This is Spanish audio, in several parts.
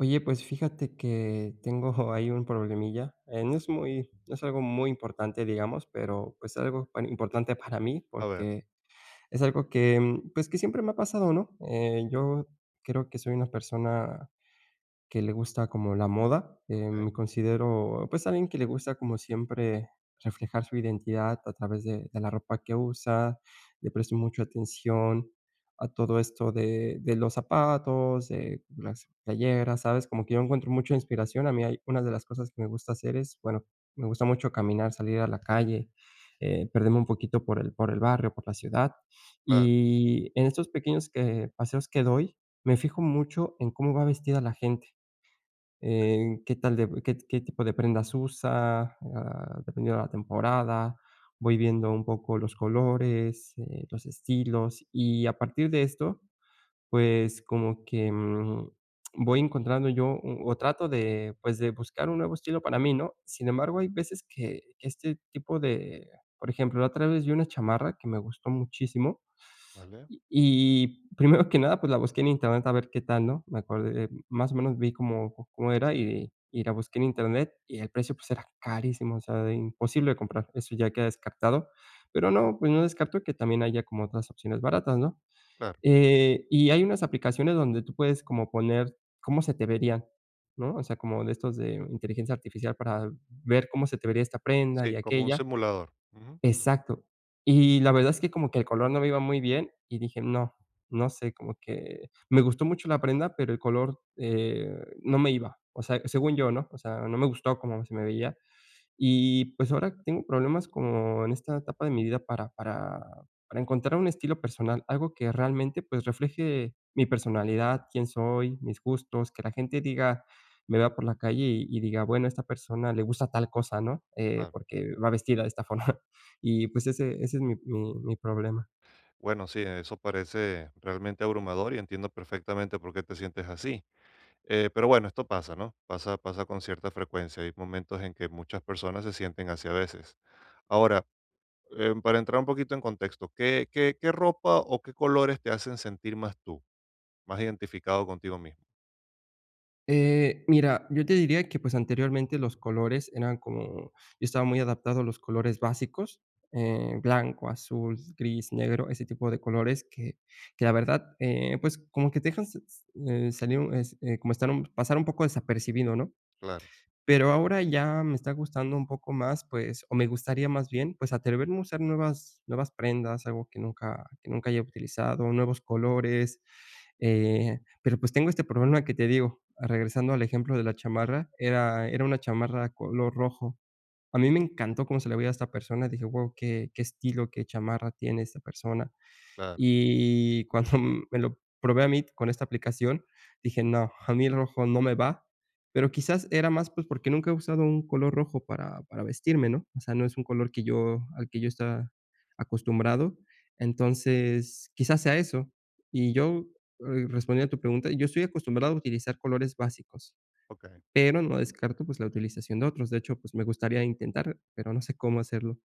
Oye, pues fíjate que tengo ahí un problemilla. No es muy, no es algo muy importante, digamos, pero pues algo importante para mí A ver, porque es algo que, pues que siempre me ha pasado, ¿no? Yo creo que soy una persona que le gusta como la moda. Okey, Me considero, pues, alguien que le gusta como siempre reflejar su identidad a través de la ropa que usa. Le presto mucha atención a todo esto de los zapatos, de las playeras, ¿sabes? Como que yo encuentro mucha inspiración. A mí hay una de las cosas que me gusta hacer es, bueno, me gusta mucho caminar, salir a la calle, perderme un poquito por el barrio, por la ciudad. claro, Y en estos pequeños que paseos que doy, me fijo mucho en cómo va vestida la gente. Qué tal de qué tipo de prendas usa, dependiendo de la temporada. Voy viendo un poco los colores, los estilos, y a partir de esto, pues, como que, voy encontrando yo, o trato de, pues, de buscar un nuevo estilo para mí, ¿no? Sin embargo, hay veces que este tipo de por ejemplo, la otra vez vi una chamarra que me gustó muchísimo. vale, Y primero que nada, pues, la busqué en internet a ver qué tal, ¿no? Me acordé, más o menos vi cómo era y la busqué en internet y el precio, pues, era carísimo, o sea, imposible de comprar, eso ya queda descartado, pero no, pues, no descarto que también haya como otras opciones baratas, ¿no? claro. Y hay unas aplicaciones donde tú puedes como poner cómo se te verían, ¿no? O sea, como de estos de inteligencia artificial para ver cómo se te vería esta prenda y Sí, como un aquella. simulador. Ujú, Exacto. Y la verdad es que como que el color no me iba muy bien, y dije: "No, no sé", como que me gustó mucho la prenda, pero el color, no me iba, o sea, según yo, ¿no? O sea, no me gustó cómo se me veía. Y, pues, ahora tengo problemas como en esta etapa de mi vida para encontrar un estilo personal, algo que realmente, pues, refleje mi personalidad, quién soy, mis gustos, que la gente diga me vea por la calle y diga: "Bueno, esta persona le gusta tal cosa", ¿no? Claro. Porque va vestida de esta forma. Y, pues, ese es mi problema. Bueno, sí, eso parece realmente abrumador y entiendo perfectamente por qué te sientes así. Pero bueno, esto pasa, ¿no? Pasa con cierta frecuencia. Hay momentos en que muchas personas se sienten así a veces. Ahora, para entrar un poquito en contexto, ¿qué ropa o qué colores te hacen sentir más tú, más identificado contigo mismo? Mira, yo te diría que, pues, anteriormente los colores eran como yo estaba muy adaptado a los colores básicos, blanco, azul, gris, negro, ese tipo de colores que la verdad, pues, como que te dejan s s salir un es como estar un pasar un poco desapercibido, ¿no? Claro, Pero ahora ya me está gustando un poco más, pues, o me gustaría más bien, pues, atreverme a usar nuevas prendas, algo que nunca haya utilizado, nuevos colores, pero, pues, tengo este problema que te digo, regresando al ejemplo de la chamarra, era una chamarra color rojo. A mí me encantó cómo se le veía a esta persona, dije: "Wow, qué estilo, qué chamarra tiene esta persona". claro, Y cuando me lo probé a mí con esta aplicación, dije: "No, a mí el rojo no me va", pero quizás era más, pues, porque nunca he usado un color rojo para vestirme, ¿no? O sea, no es un color que yo al que yo estaba acostumbrado. Entonces, quizás sea eso. Y yo, respondiendo a tu pregunta, yo estoy acostumbrado a utilizar colores básicos, okey. pero no descarto, pues, la utilización de otros. De hecho, pues, me gustaría intentar, pero no sé cómo hacerlo.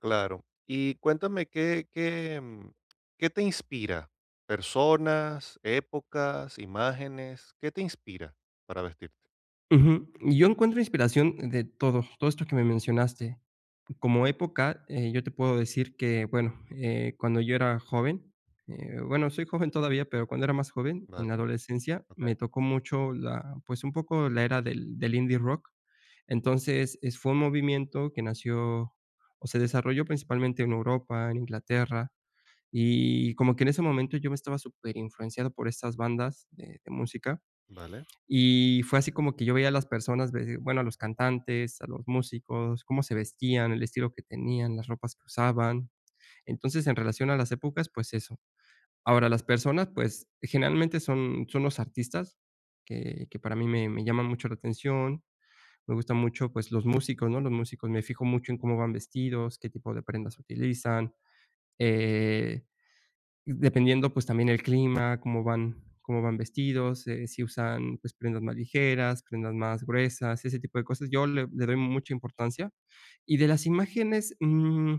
Claro. Y cuéntame qué, qué, qué te inspira, personas, épocas, imágenes, ¿qué te inspira para vestirte? Ujú. Yo encuentro inspiración de todo, todo esto que me mencionaste. Como época, yo te puedo decir que, bueno, cuando yo era joven, bueno, soy joven todavía, pero cuando era más joven, en la Vale, adolescencia, me ok, tocó mucho la, pues un poco la era del indie rock. Entonces, fue un movimiento que nació o se desarrolló principalmente en Europa, en Inglaterra, y como que en ese momento yo me estaba súper influenciado por estas bandas de música. vale, Y fue así como que yo veía a las personas, ve bueno, a los cantantes, a los músicos, cómo se vestían, el estilo que tenían, las ropas que usaban. Entonces, en relación a las épocas, pues eso. Ahora, las personas, pues, generalmente son los artistas que para mí me llaman mucho la atención. Me gustan mucho, pues, los músicos, ¿no? Los músicos, me fijo mucho en cómo van vestidos, qué tipo de prendas utilizan, eh dependiendo, pues, también el clima, cómo van vestidos, si usan, pues, prendas más ligeras, prendas más gruesas, ese tipo de cosas. Yo le doy mucha importancia. Y de las imágenes,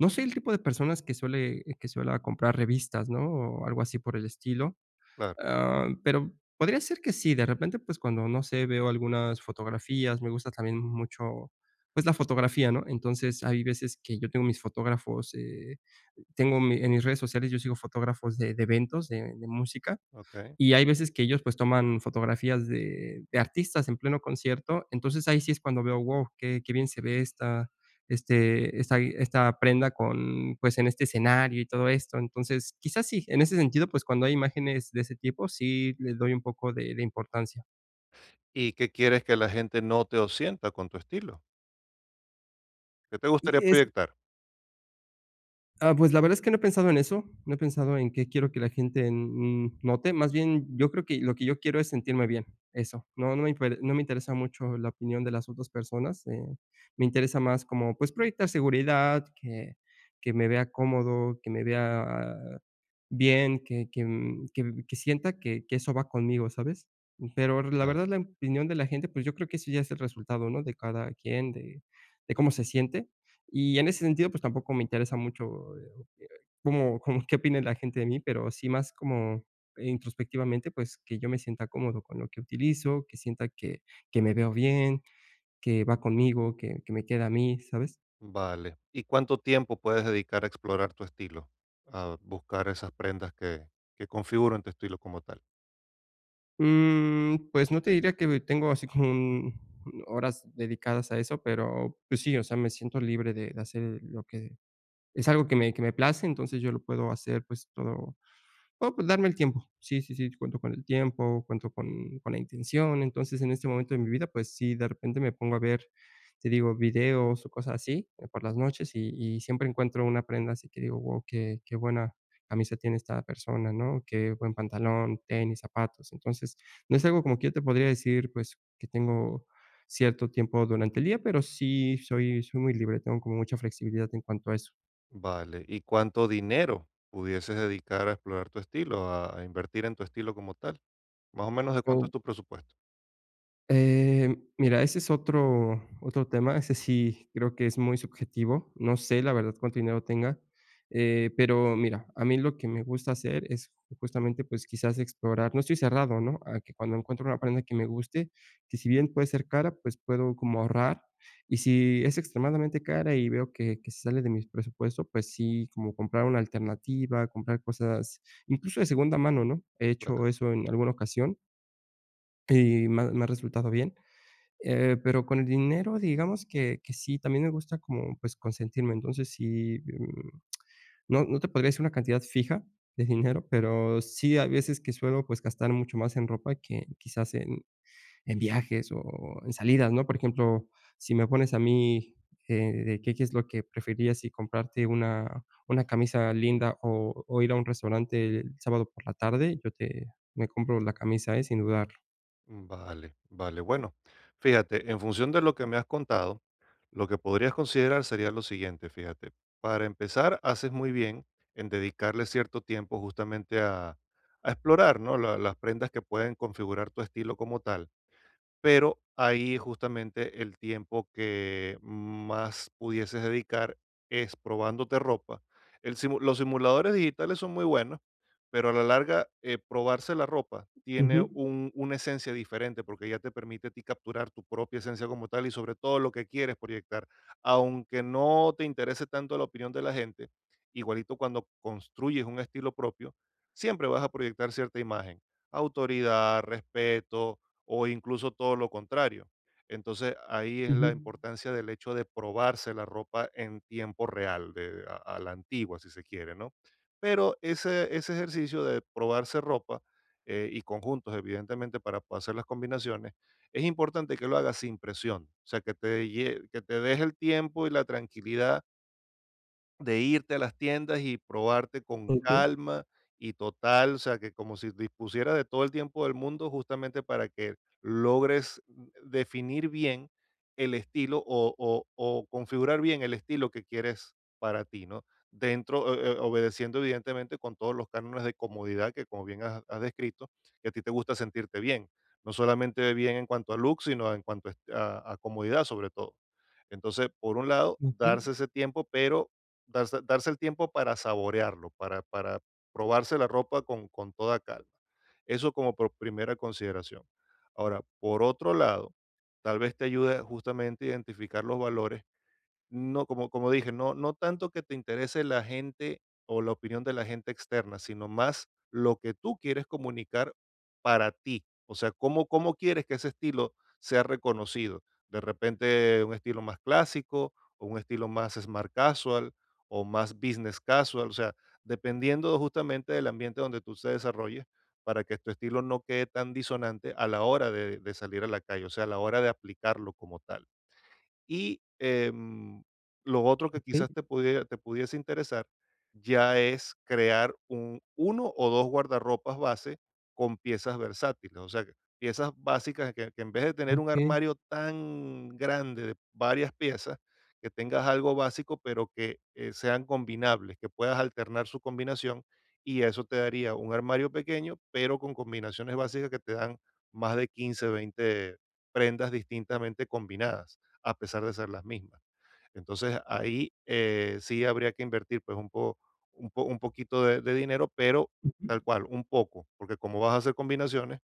no soy el tipo de personas que suele comprar revistas, ¿no? O algo así por el estilo. claro, Ah, pero podría ser que sí, de repente, pues, cuando, no sé, veo algunas fotografías, me gusta también mucho, pues, la fotografía, ¿no? Entonces, hay veces que yo tengo mis fotógrafos, tengo mi en mis redes sociales, yo sigo fotógrafos de eventos, de música, ok. y hay veces que ellos, pues, toman fotografías de artistas en pleno concierto. Entonces, ahí sí es cuando veo, "Wow, qué bien se ve esta esta prenda con, pues, en este escenario y todo esto". Entonces, quizás sí, en ese sentido, pues, cuando hay imágenes de ese tipo, sí le doy un poco de importancia. ¿Y qué quieres que la gente note o sienta con tu estilo? ¿Qué te Y gustaría es proyectar? Ah, pues la verdad es que no he pensado en eso, no he pensado en qué quiero que la gente, note, más bien yo creo que lo que yo quiero es sentirme bien, eso, no me interesa mucho la opinión de las otras personas, me interesa más como, pues, proyectar seguridad, que me vea cómodo, que me vea bien, que sienta que eso va conmigo, ¿sabes? Pero la Ah, verdad, la opinión de la gente, pues, yo creo que eso ya es el resultado, ¿no? De cada quien, de cómo se siente. Y en ese sentido, pues, tampoco me interesa mucho, eh, eh, cómo qué opine la gente de mí, pero sí más como introspectivamente, pues, que yo me sienta cómodo con lo que utilizo, que sienta que me veo bien, que va conmigo, que me queda a mí, ¿sabes? vale. ¿Y cuánto tiempo puedes dedicar a explorar tu estilo? A buscar esas prendas que configuran tu estilo como tal. Pues no te diría que tengo así como un horas dedicadas a eso, pero, pues sí, o sea, me siento libre de hacer lo que es algo que me place, entonces yo lo puedo hacer, pues, todo Oh, pues darme el tiempo. Sí, sí, sí, cuento con el tiempo, cuento con la intención. Entonces, en este momento de mi vida, pues sí, de repente me pongo a ver, te digo, videos o cosas así, por las noches y siempre encuentro una prenda así que digo: "Wow, qué buena camisa tiene esta persona", ¿no? Qué buen pantalón, tenis, zapatos. Entonces, no es algo como que yo te podría decir, pues, que tengo cierto tiempo durante el día, pero sí soy muy libre, tengo como mucha flexibilidad en cuanto a eso. Vale, ¿y cuánto dinero pudieses dedicar a explorar tu estilo, a invertir en tu estilo como tal? Más o menos de cuánto es tu presupuesto. Mira, ese es otro tema, ese sí creo que es muy subjetivo, no sé la verdad cuánto dinero tenga, pero mira, a mí lo que me gusta hacer es justamente, pues, quizás explorar, no estoy cerrado, ¿no?, a que cuando encuentro una prenda que me guste, que si bien puede ser cara, pues, puedo como ahorrar, y si es extremadamente cara y veo que se sale de mi presupuesto, pues sí, como comprar una alternativa, comprar cosas, incluso de segunda mano, ¿no?, he Claro. hecho eso en alguna ocasión y me ha resultado bien, pero con el dinero, digamos que sí, también me gusta como, pues, consentirme. Entonces, sí, no te podría decir una cantidad fija de dinero, pero sí hay veces que suelo, pues, gastar mucho más en ropa que quizás en viajes o en salidas, ¿no? Por ejemplo, si me pones a mí, eh, de qué es lo que preferirías, si comprarte una camisa linda o ir a un restaurante el sábado por la tarde, yo te me compro la camisa, ¿eh? Sin dudarlo. Vale, vale. Bueno, fíjate, en función de lo que me has contado, lo que podrías considerar sería lo siguiente, fíjate. Para empezar, haces muy bien en dedicarle cierto tiempo justamente a explorar, ¿no? La- las prendas que pueden configurar tu estilo como tal, pero ahí justamente el tiempo que más pudieses dedicar es probándote ropa. El simu- los simuladores digitales son muy buenos, pero a la larga probarse la ropa tiene Ujú, un- una esencia diferente porque ya te permite a ti capturar tu propia esencia como tal y sobre todo lo que quieres proyectar. Aunque no te interese tanto la opinión de la gente, igualito cuando construyes un estilo propio, siempre vas a proyectar cierta imagen, autoridad, respeto, o incluso todo lo contrario. Entonces ahí es ujú. la importancia del hecho de probarse la ropa en tiempo real, de, a la antigua, si se quiere, ¿no? Pero ese ejercicio de probarse ropa y conjuntos, evidentemente, para poder hacer las combinaciones, es importante que lo hagas sin presión, o sea, que te, lle- que te des el tiempo y la tranquilidad de irte a las tiendas y probarte con calma y total, o sea, que como si dispusieras de todo el tiempo del mundo justamente para que logres definir bien el estilo o o configurar bien el estilo que quieres para ti, ¿no? Dentro, obedeciendo evidentemente con todos los cánones de comodidad que, como bien has descrito, que a ti te gusta sentirte bien, no solamente bien en cuanto a look, sino en cuanto a est a comodidad, sobre todo. Entonces, por un lado, Okey, darse ese tiempo, pero darse el tiempo para saborearlo, para probarse la ropa con toda calma. Eso como por primera consideración. Ahora, por otro lado, tal vez te ayude justamente a identificar los valores, no, como dije, no tanto que te interese la gente o la opinión de la gente externa, sino más lo que tú quieres comunicar para ti. O sea, cómo quieres que ese estilo sea reconocido. De repente, un estilo más clásico, o un estilo más smart casual, o más business casual. O sea, dependiendo justamente del ambiente donde tú te desarrolles, para que tu estilo no quede tan disonante a la hora de salir a la calle, o sea, a la hora de aplicarlo como tal. Y lo otro que okey, quizás te pudiera, te pudiese interesar ya es crear un uno o dos guardarropas base con piezas versátiles, o sea, que piezas básicas que en vez de tener un okey. armario tan grande de varias piezas, que tengas algo básico pero que sean combinables, que puedas alternar su combinación y eso te daría un armario pequeño pero con combinaciones básicas que te dan más de 15, 20 prendas distintamente combinadas a pesar de ser las mismas. Entonces ahí sí habría que invertir pues un, po- un, po- un poquito de dinero, pero Ujú. tal cual, un poco, porque como vas a hacer combinaciones,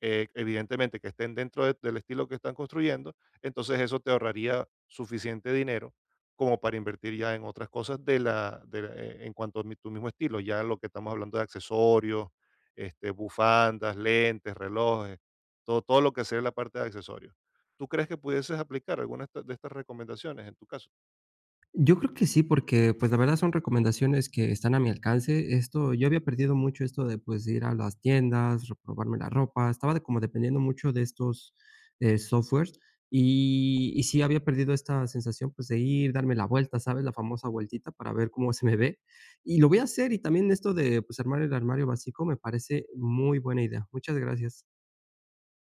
evidentemente que estén dentro de- del estilo que están construyendo, entonces eso te ahorraría suficiente dinero como para invertir ya en otras cosas de la- en cuanto a mi- tu mismo estilo, ya lo que estamos hablando de accesorios, este, bufandas, lentes, relojes, todo, todo lo que sea la parte de accesorios. ¿Tú crees que pudieses aplicar alguna de esta- de estas recomendaciones en tu caso? Yo creo que sí, porque, pues, la verdad son recomendaciones que están a mi alcance. Esto yo había perdido mucho esto de, pues, ir a las tiendas, probarme la ropa, estaba de como dependiendo mucho de estos, softwares, y sí había perdido esta sensación, pues, de ir, darme la vuelta, ¿sabes? La famosa vueltita para ver cómo se me ve, y lo voy a hacer, y también esto de, pues, armar el armario básico me parece muy buena idea. Muchas gracias.